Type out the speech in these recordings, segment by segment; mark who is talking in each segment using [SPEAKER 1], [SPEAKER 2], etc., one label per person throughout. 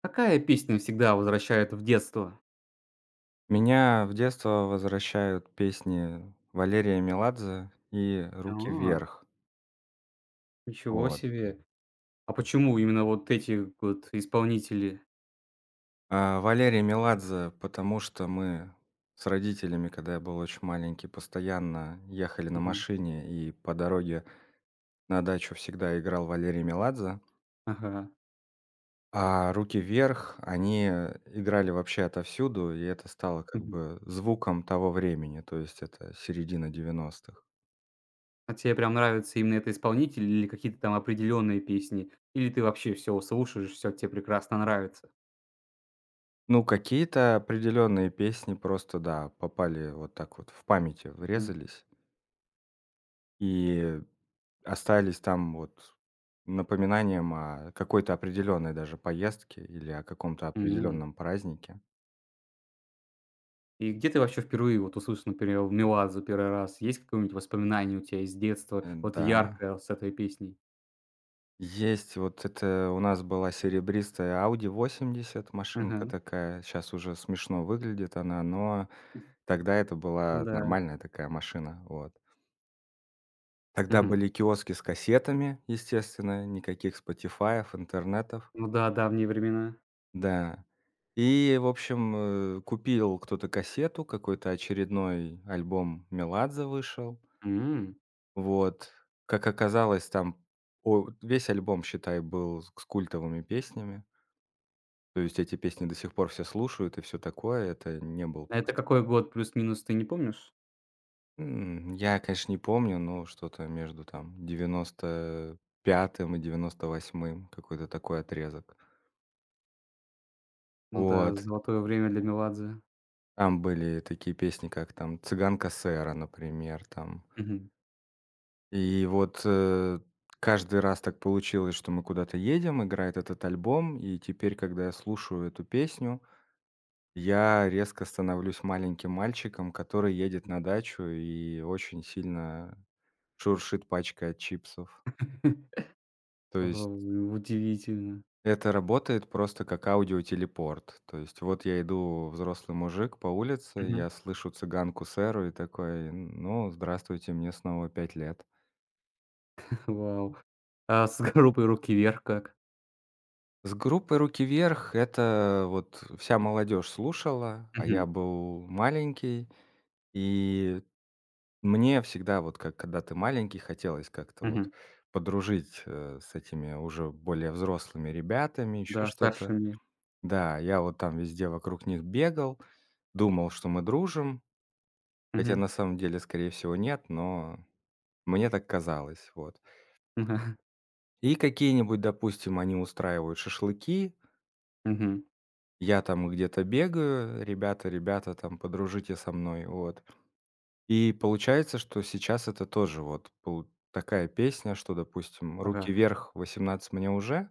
[SPEAKER 1] Какая песня всегда возвращает в детство?
[SPEAKER 2] Меня в детство возвращают песни Валерия Меладзе и "Руки
[SPEAKER 1] А,
[SPEAKER 2] вверх".
[SPEAKER 1] ничего
[SPEAKER 2] Вот.
[SPEAKER 1] себе. А почему именно вот эти вот исполнители?
[SPEAKER 2] Валерий Меладзе, потому что мы с родителями, когда я был очень маленький, постоянно ехали на
[SPEAKER 1] Мгм.
[SPEAKER 2] машине, и по дороге на дачу всегда играл Валерий Меладзе.
[SPEAKER 1] Ага.
[SPEAKER 2] А "Руки вверх", они играли вообще отовсюду, и это стало как
[SPEAKER 1] Мгм.
[SPEAKER 2] бы звуком того времени, то есть это середина девяностых.
[SPEAKER 1] А тебе прям нравится именно этот исполнитель или какие-то там определенные песни? Или ты вообще все слушаешь, все тебе прекрасно нравится?
[SPEAKER 2] Ну, какие-то определенные песни просто, да, попали вот так вот в памяти,
[SPEAKER 1] Мгм.
[SPEAKER 2] врезались и остались там вот напоминанием о какой-то определенной даже поездке или о каком-то
[SPEAKER 1] М.
[SPEAKER 2] определенном празднике.
[SPEAKER 1] И где ты вообще впервые вот услышал, например, "Меладзе" первый раз? Есть какое-нибудь воспоминание у тебя из детства, вот
[SPEAKER 2] Да.
[SPEAKER 1] яркое с этой песней?
[SPEAKER 2] Есть вот это у нас была серебристая Audi 80,
[SPEAKER 1] Ага.
[SPEAKER 2] машинка такая. Сейчас уже смешно выглядит она, но тогда это
[SPEAKER 1] Ну
[SPEAKER 2] была
[SPEAKER 1] да.
[SPEAKER 2] нормальная такая машина. Вот. Тогда
[SPEAKER 1] Мгм.
[SPEAKER 2] были киоски с кассетами, естественно, никаких "Спотифаев", интернетов.
[SPEAKER 1] Ну да, давние времена.
[SPEAKER 2] Да. И, в общем, купил кто-то кассету, какой-то очередной альбом Меладзе вышел.
[SPEAKER 1] М.
[SPEAKER 2] Вот. Как оказалось, там о весь альбом, считай, был с культовыми песнями. То есть эти песни до сих пор все слушают и все такое. Это не был
[SPEAKER 1] А это
[SPEAKER 2] просто.
[SPEAKER 1] какой год плюс-минус, ты не помнишь?
[SPEAKER 2] Я, конечно, не помню, но что-то между там девяносто пятым и девяносто восьмым, какой-то такой отрезок.
[SPEAKER 1] Ну да,
[SPEAKER 2] Вот.
[SPEAKER 1] золотое время для Меладзе.
[SPEAKER 2] Там были такие песни, как там "Цыганка Сэра", например, там.
[SPEAKER 1] Мгм.
[SPEAKER 2] И вот, каждый раз так получилось, что мы куда-то едем, играет этот альбом, и теперь, когда я слушаю эту песню, я резко становлюсь маленьким мальчиком, который едет на дачу и очень сильно шуршит пачкой от чипсов. То есть
[SPEAKER 1] Вау, удивительно.
[SPEAKER 2] это работает просто как аудиотелепорт. То есть вот я иду, взрослый мужик, по улице,
[SPEAKER 1] Мгм.
[SPEAKER 2] я слышу цыганку сэру и такой: "Ну, здравствуйте, мне снова 5 лет".
[SPEAKER 1] Вау. А с группой "Руки вверх" как?
[SPEAKER 2] С группой "Руки вверх" это вот вся молодежь слушала, а я
[SPEAKER 1] Мгм,
[SPEAKER 2] был маленький. И мне всегда, вот как когда ты маленький, хотелось как-то вот
[SPEAKER 1] мгм.
[SPEAKER 2] подружить, с этими уже более взрослыми ребятами, еще
[SPEAKER 1] Да,
[SPEAKER 2] что-то.
[SPEAKER 1] старшими.
[SPEAKER 2] Да, я вот там везде вокруг них бегал, думал, что мы дружим. Хотя
[SPEAKER 1] Мгм.
[SPEAKER 2] на самом деле, скорее всего, нет, но мне так казалось, вот.
[SPEAKER 1] Ага.
[SPEAKER 2] И какие-нибудь, допустим, они устраивают шашлыки,
[SPEAKER 1] Мгм.
[SPEAKER 2] я там где-то бегаю: "Ребята, ребята, там, подружите со мной". Вот. И получается, что сейчас это тоже вот пол такая песня, что, допустим, "Руки
[SPEAKER 1] Ага.
[SPEAKER 2] вверх, 18 мне уже".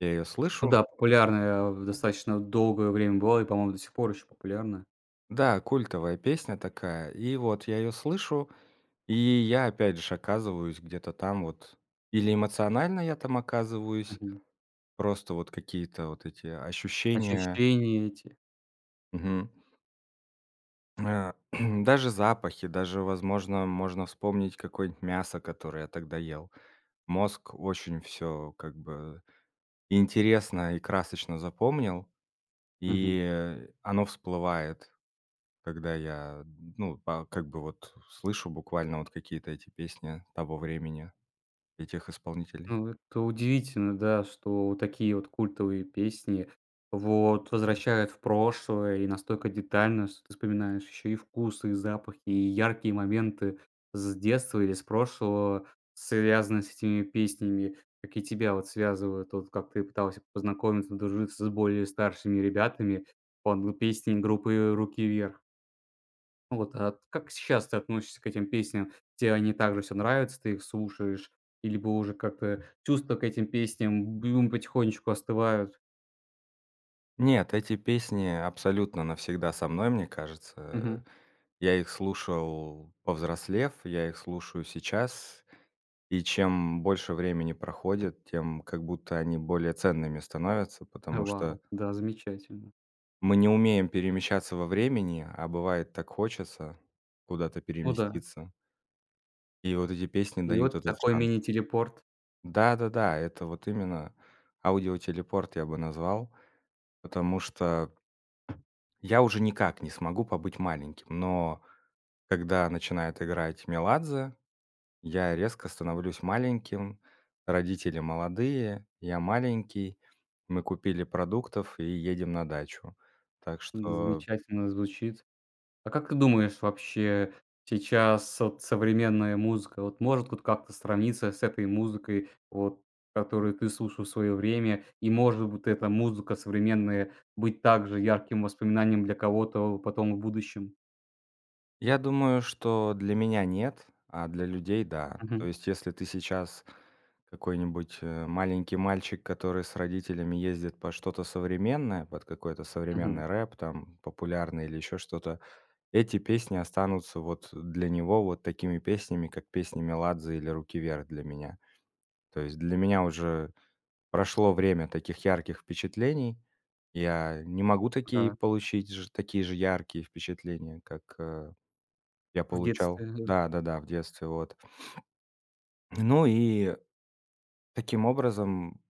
[SPEAKER 2] Я ее
[SPEAKER 1] Ну
[SPEAKER 2] слышу.
[SPEAKER 1] да, популярная, достаточно долгое время была и, по-моему, до сих пор еще популярна.
[SPEAKER 2] Да, культовая песня такая. И вот я ее слышу, и я опять же оказываюсь где-то там вот. Или эмоционально я там оказываюсь.
[SPEAKER 1] Мгм.
[SPEAKER 2] Просто вот какие-то вот эти ощущения.
[SPEAKER 1] Ощущения эти.
[SPEAKER 2] Мгм. А, даже запахи, даже, возможно, можно вспомнить какое-нибудь мясо, которое я тогда ел. Мозг очень все как бы интересно и красочно запомнил,
[SPEAKER 1] Мгм.
[SPEAKER 2] и оно всплывает, когда я, ну, па как бы вот слышу буквально вот какие-то эти песни того времени, этих исполнителей.
[SPEAKER 1] Ну, это удивительно, да, что вот такие вот культовые песни вот возвращают в прошлое и настолько детально, что ты вспоминаешь еще и вкусы, и запахи, и яркие моменты с детства или с прошлого, связанные с этими песнями, как и тебя вот связывают, вот как ты пытался познакомиться, дружиться с более старшими ребятами под песни группы «Руки вверх». Вот, а как сейчас ты относишься к этим песням? Те они также все нравятся, ты их слушаешь? Или бы уже как-то чувства к этим песням бюм потихонечку остывают?
[SPEAKER 2] Нет, эти песни абсолютно навсегда со мной, мне кажется.
[SPEAKER 1] Мгм.
[SPEAKER 2] Я их слушал, повзрослев, я их слушаю сейчас, и чем больше времени проходит, тем как будто они более ценными становятся, потому что
[SPEAKER 1] Вау, да, замечательно.
[SPEAKER 2] мы не умеем перемещаться во времени, а бывает так хочется куда-то
[SPEAKER 1] Ну да.
[SPEAKER 2] переместиться. И вот эти песни
[SPEAKER 1] И
[SPEAKER 2] дают
[SPEAKER 1] вот
[SPEAKER 2] этот
[SPEAKER 1] такой
[SPEAKER 2] шанс.
[SPEAKER 1] мини-телепорт,
[SPEAKER 2] Да-да-да, это вот именно аудиотелепорт я бы назвал, потому что я уже никак не смогу побыть маленьким, но когда начинает играть "Меладзе", я резко становлюсь маленьким, родители молодые, я маленький, мы купили продуктов и едем на дачу. Так
[SPEAKER 1] м,
[SPEAKER 2] что
[SPEAKER 1] замечательно звучит. А как ты думаешь, вообще сейчас вот современная музыка, вот может вот как-то сравниться с этой музыкой, вот которую ты слушал в свое время? И может быть эта музыка современная быть также ярким воспоминанием для кого-то потом в будущем?
[SPEAKER 2] я думаю, что для меня нет, а для людей да. То
[SPEAKER 1] Мгм,
[SPEAKER 2] есть если ты сейчас какой-нибудь маленький мальчик, который с родителями ездит по что-то современное, под какой-то
[SPEAKER 1] мгм.
[SPEAKER 2] современный рэп, там, популярный или еще что-то, эти песни останутся вот для него вот такими песнями, как песни Меладзе или «Руки вверх» для меня. То есть для меня уже прошло время таких ярких впечатлений. Я не могу такие
[SPEAKER 1] Да,
[SPEAKER 2] получить же такие же яркие впечатления, как, я
[SPEAKER 1] в
[SPEAKER 2] получал
[SPEAKER 1] детстве.
[SPEAKER 2] да-да-да, в детстве, вот. Ну и таким образом,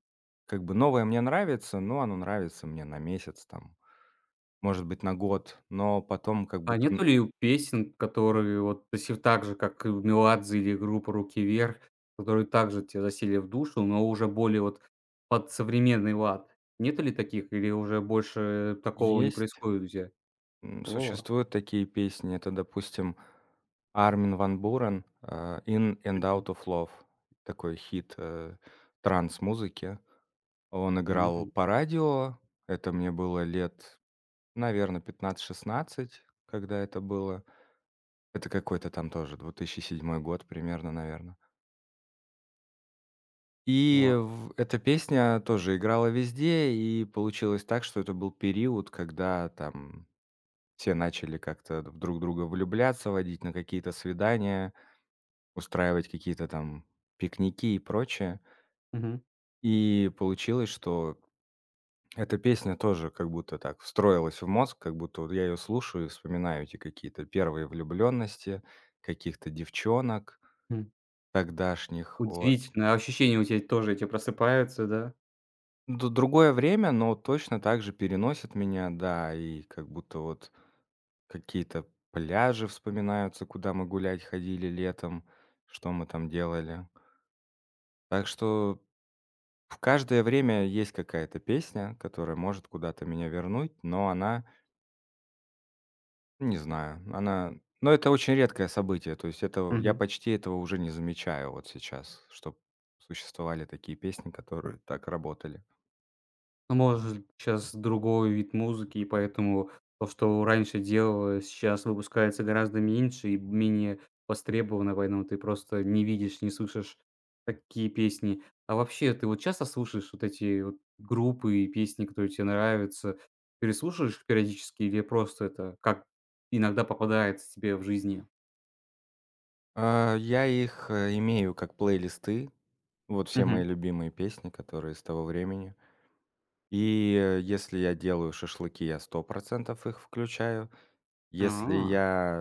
[SPEAKER 2] как бы новое мне нравится, но оно нравится мне на месяц там, может быть, на год, но потом как
[SPEAKER 1] А
[SPEAKER 2] будто н
[SPEAKER 1] нету ли у песен, которые вот до сих так же, как и у "Меладзе" или группа "Руки вверх", которые также те засели в душу, но уже более вот под современный лад? Нету ли таких или уже больше такого не
[SPEAKER 2] есть.
[SPEAKER 1] происходит у тебя? О,
[SPEAKER 2] Существуют такие песни. Это, допустим, Армин ван Бурен, "In and Out
[SPEAKER 1] мгм,
[SPEAKER 2] of Love". Такой хит, транс-музыки. Он играл
[SPEAKER 1] м,
[SPEAKER 2] по радио. Это мне было лет, наверное, 15-16, когда это было. Это какой-то там тоже 2007 год примерно, наверное. И
[SPEAKER 1] вау,
[SPEAKER 2] в эта песня тоже играла везде, и получилось так, что это был период, когда там все начали как-то в друг друга влюбляться, водить на какие-то свидания, устраивать какие-то там пикники и прочее.
[SPEAKER 1] мгм,
[SPEAKER 2] И получилось, что эта песня тоже как будто так встроилась в мозг, как будто вот я ее слушаю и вспоминаю эти какие-то первые влюбленности каких-то девчонок
[SPEAKER 1] м.
[SPEAKER 2] тогдашних. Вот.
[SPEAKER 1] Удивительно, а ощущения у тебя тоже эти просыпаются, да?
[SPEAKER 2] Другое время, но точно так же переносит меня, да, и как будто вот какие-то пляжи вспоминаются, куда мы гулять ходили летом, что мы там делали. Так что в каждое время есть какая-то песня, которая может куда-то меня вернуть, но она, не знаю, она, но это очень редкое событие, то есть это я
[SPEAKER 1] Мгм.
[SPEAKER 2] почти этого уже не замечаю вот сейчас, что существовали такие песни, которые так работали.
[SPEAKER 1] Ну, может, сейчас другой вид музыки, и поэтому то, что раньше делалось, сейчас выпускается гораздо меньше и менее востребовано, поэтому ты просто не видишь, не слышишь такие песни. А вообще, ты вот часто слушаешь вот эти вот группы и песни, которые тебе нравятся? Переслушиваешь их периодически или просто это как иногда попадается тебе в жизни?
[SPEAKER 2] А, я их, имею как плейлисты, вот все мои
[SPEAKER 1] Мгм.
[SPEAKER 2] любимые песни, которые с того времени. И, если я делаю шашлыки, я 100% их включаю. Если
[SPEAKER 1] А,
[SPEAKER 2] я,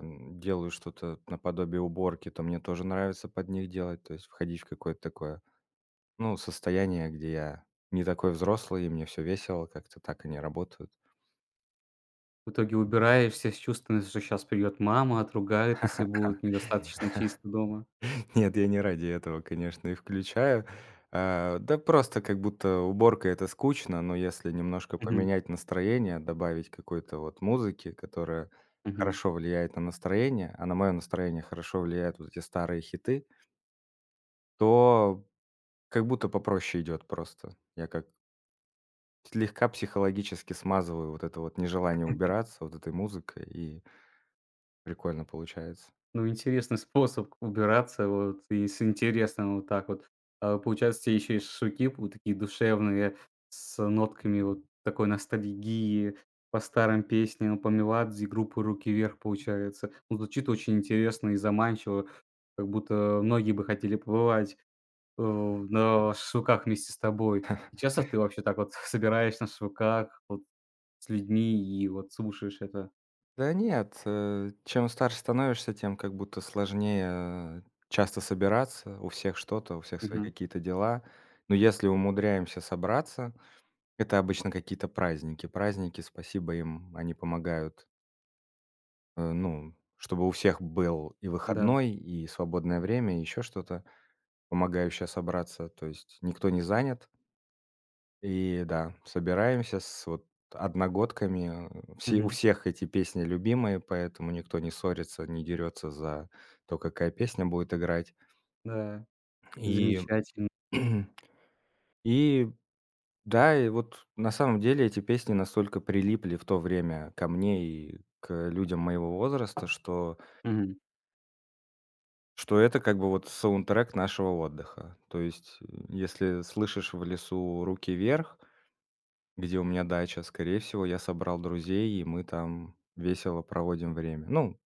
[SPEAKER 2] делаю что-то наподобие уборки, то мне тоже нравится под них делать, то есть входить в какое-то такое, ну, состояние, где я не такой взрослый и мне все весело, как-то так они работают.
[SPEAKER 1] в итоге убираешься с чувством, что сейчас придет мама, отругает, если будет недостаточно чисто дома.
[SPEAKER 2] Нет, я не ради этого, конечно, и включаю. А, да просто как будто уборка- это скучно, но если немножко
[SPEAKER 1] Мгм.
[SPEAKER 2] поменять настроение, добавить какой-то вот музыки, которая
[SPEAKER 1] Мгм.
[SPEAKER 2] хорошо влияет на настроение, а на мое настроение хорошо влияют вот эти старые хиты, то как будто попроще идет просто. Я как слегка психологически смазываю вот это вот нежелание убираться вот этой музыкой, и прикольно получается.
[SPEAKER 1] Ну, интересный способ убираться, вот, и с интересным вот так вот. А, получается, те еще и шашлыки вот такие душевные, с нотками вот такой ностальгии по старым песням, по "Меладзе" группы "Руки вверх", получается. Ну, звучит очень интересно и заманчиво, как будто многие бы хотели побывать, на шашлыках вместе с тобой. И часто ты вообще так вот собираешь на шашлыках вот с людьми и вот слушаешь это?
[SPEAKER 2] Да нет, чем старше становишься, тем как будто сложнее часто собираться. У всех что-то, у всех свои
[SPEAKER 1] Мгм.
[SPEAKER 2] какие-то дела. Но если умудряемся собраться, это обычно какие-то праздники. Праздники, спасибо им, они помогают, ну, чтобы у всех был и
[SPEAKER 1] Да.
[SPEAKER 2] выходной, и свободное время, и еще что-то, помогающая собраться, то есть никто не занят. И да, собираемся с вот одногодками. Все у
[SPEAKER 1] Мгм.
[SPEAKER 2] всех эти песни любимые, поэтому никто не ссорится, не дерется за то, какая песня будет играть.
[SPEAKER 1] Да.
[SPEAKER 2] И
[SPEAKER 1] Замечательно.
[SPEAKER 2] и да, и вот на самом деле эти песни настолько прилипли в то время ко мне и к людям моего возраста, что
[SPEAKER 1] Мгм.
[SPEAKER 2] что это как бы вот саундтрек нашего отдыха. То есть, если слышишь в лесу "Руки вверх", где у меня дача, скорее всего, я собрал друзей, и мы там весело проводим время. Ну,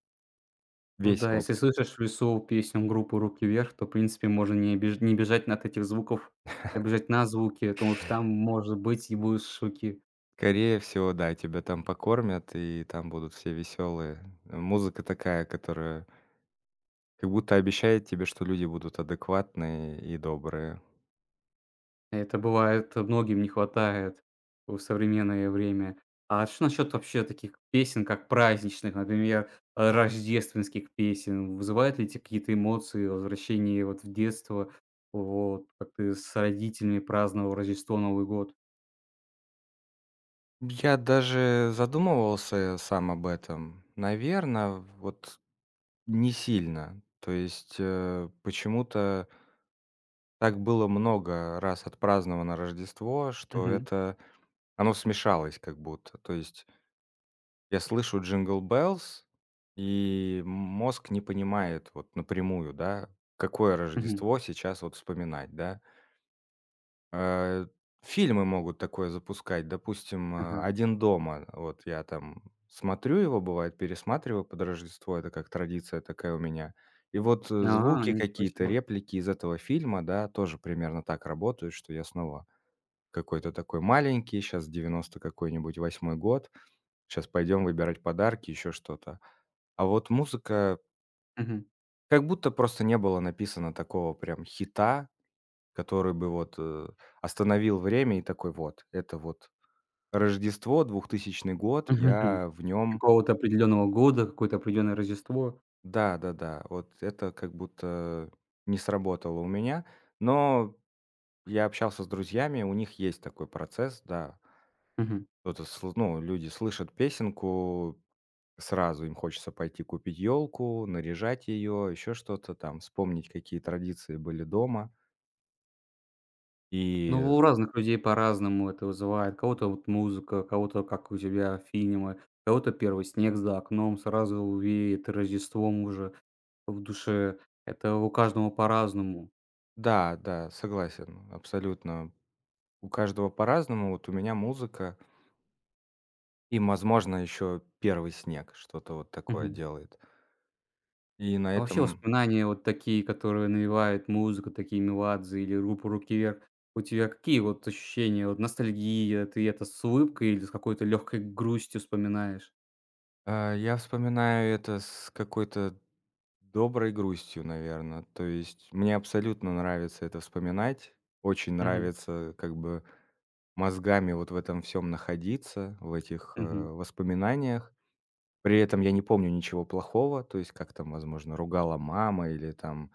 [SPEAKER 1] Ну да,
[SPEAKER 2] весело.
[SPEAKER 1] если слышишь в лесу песню группы "Руки вверх", то, в принципе, можно не беж не бежать от этих звуков, а бежать на звуки, потому что там, может быть, и будут шуки.
[SPEAKER 2] Скорее всего, да, тебя там покормят, и там будут все веселые. Музыка такая, которая как будто обещает тебе, что люди будут адекватные и добрые.
[SPEAKER 1] Это бывает, многим не хватает в современное время. А что насчет вообще таких песен, как праздничных, например, рождественских песен? Вызывает ли эти какие-то эмоции, возвращение вот в детство? Вот, как ты с родителями праздновал Рождество, Новый год?
[SPEAKER 2] Я даже задумывался сам об этом. Наверное, вот не сильно. То есть, почему-то так было много раз отпраздновано Рождество, что
[SPEAKER 1] Мгм,
[SPEAKER 2] это оно смешалось как будто. То есть я слышу "Jingle Bells", и мозг не понимает вот напрямую, да, какое
[SPEAKER 1] мгм.
[SPEAKER 2] Рождество сейчас вот вспоминать, да. Э, фильмы могут такое запускать. Допустим,
[SPEAKER 1] Ага.
[SPEAKER 2] "Один дома". Вот я там смотрю его, бывает, пересматриваю под Рождество. Это как традиция такая у меня. И вот,
[SPEAKER 1] А,
[SPEAKER 2] звуки
[SPEAKER 1] ничего
[SPEAKER 2] какие-то,
[SPEAKER 1] себе.
[SPEAKER 2] реплики из этого фильма, да, тоже примерно так работают, что я снова какой-то такой маленький, сейчас девяносто какой-нибудь 98-й год. Сейчас пойдем выбирать подарки, еще что-то. А вот музыка
[SPEAKER 1] Мгм.
[SPEAKER 2] как будто просто не было написано такого прям хита, который бы вот, остановил время и такой: "Вот, это вот Рождество, двухтысячный год,
[SPEAKER 1] Мгм, мгм.
[SPEAKER 2] я в нем".
[SPEAKER 1] Какого-то определенного года, какое-то определенное Рождество.
[SPEAKER 2] Да-да-да, вот это как будто не сработало у меня. Но я общался с друзьями, у них есть такой процесс, да.
[SPEAKER 1] Мгм.
[SPEAKER 2] Кто-то сл ну, люди слышат песенку, сразу им хочется пойти купить елку, наряжать ее, еще что-то там, вспомнить, какие традиции были дома. И
[SPEAKER 1] Ну, у разных людей по-разному это вызывает. Кого-то вот музыка, кого-то, как у тебя, фильмы, кого-то первый снег за окном сразу веет Рождеством уже в душе. Это у каждого по-разному.
[SPEAKER 2] да, да, согласен, абсолютно. У каждого по-разному. Вот у меня музыка, и, возможно, еще первый снег что-то вот такое
[SPEAKER 1] Мгм.
[SPEAKER 2] делает. И на
[SPEAKER 1] А вообще
[SPEAKER 2] этом
[SPEAKER 1] воспоминания вот такие, которые навевает музыка, такие "Меладзе" или группа "Руки Вверх", у тебя какие вот ощущения? Вот ностальгия, ты это с улыбкой или с какой-то легкой грустью вспоминаешь?
[SPEAKER 2] я вспоминаю это с какой-то доброй грустью, наверное. То есть мне абсолютно нравится это вспоминать. Очень
[SPEAKER 1] Мгм,
[SPEAKER 2] нравится как бы мозгами вот в этом всем находиться, в этих,
[SPEAKER 1] мгм.
[SPEAKER 2] воспоминаниях. При этом я не помню ничего плохого, то есть как там, возможно, ругала мама или там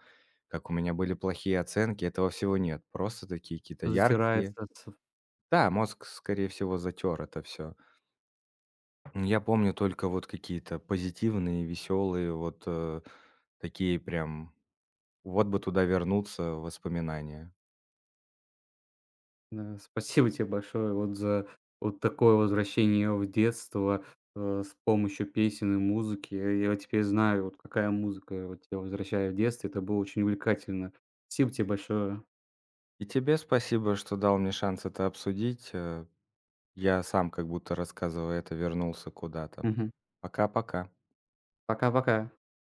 [SPEAKER 2] как у меня были плохие оценки, этого всего нет. Просто такие какие-то яркие.
[SPEAKER 1] Затирается с
[SPEAKER 2] Да, мозг, скорее всего, затер это все. Я помню только вот какие-то позитивные, веселые вот, такие прям вот бы туда вернуться воспоминания.
[SPEAKER 1] да. Спасибо тебе большое вот за вот такое возвращение в детство, с помощью песен и музыки. Я теперь знаю, вот какая музыка вот тебя возвращает в детство. Это было очень увлекательно. Спасибо тебе большое.
[SPEAKER 2] И тебе спасибо, что дал мне шанс это обсудить. Я сам, как будто рассказывая это, вернулся куда-то.
[SPEAKER 1] Мгм.
[SPEAKER 2] Пока-пока.
[SPEAKER 1] Пока-пока.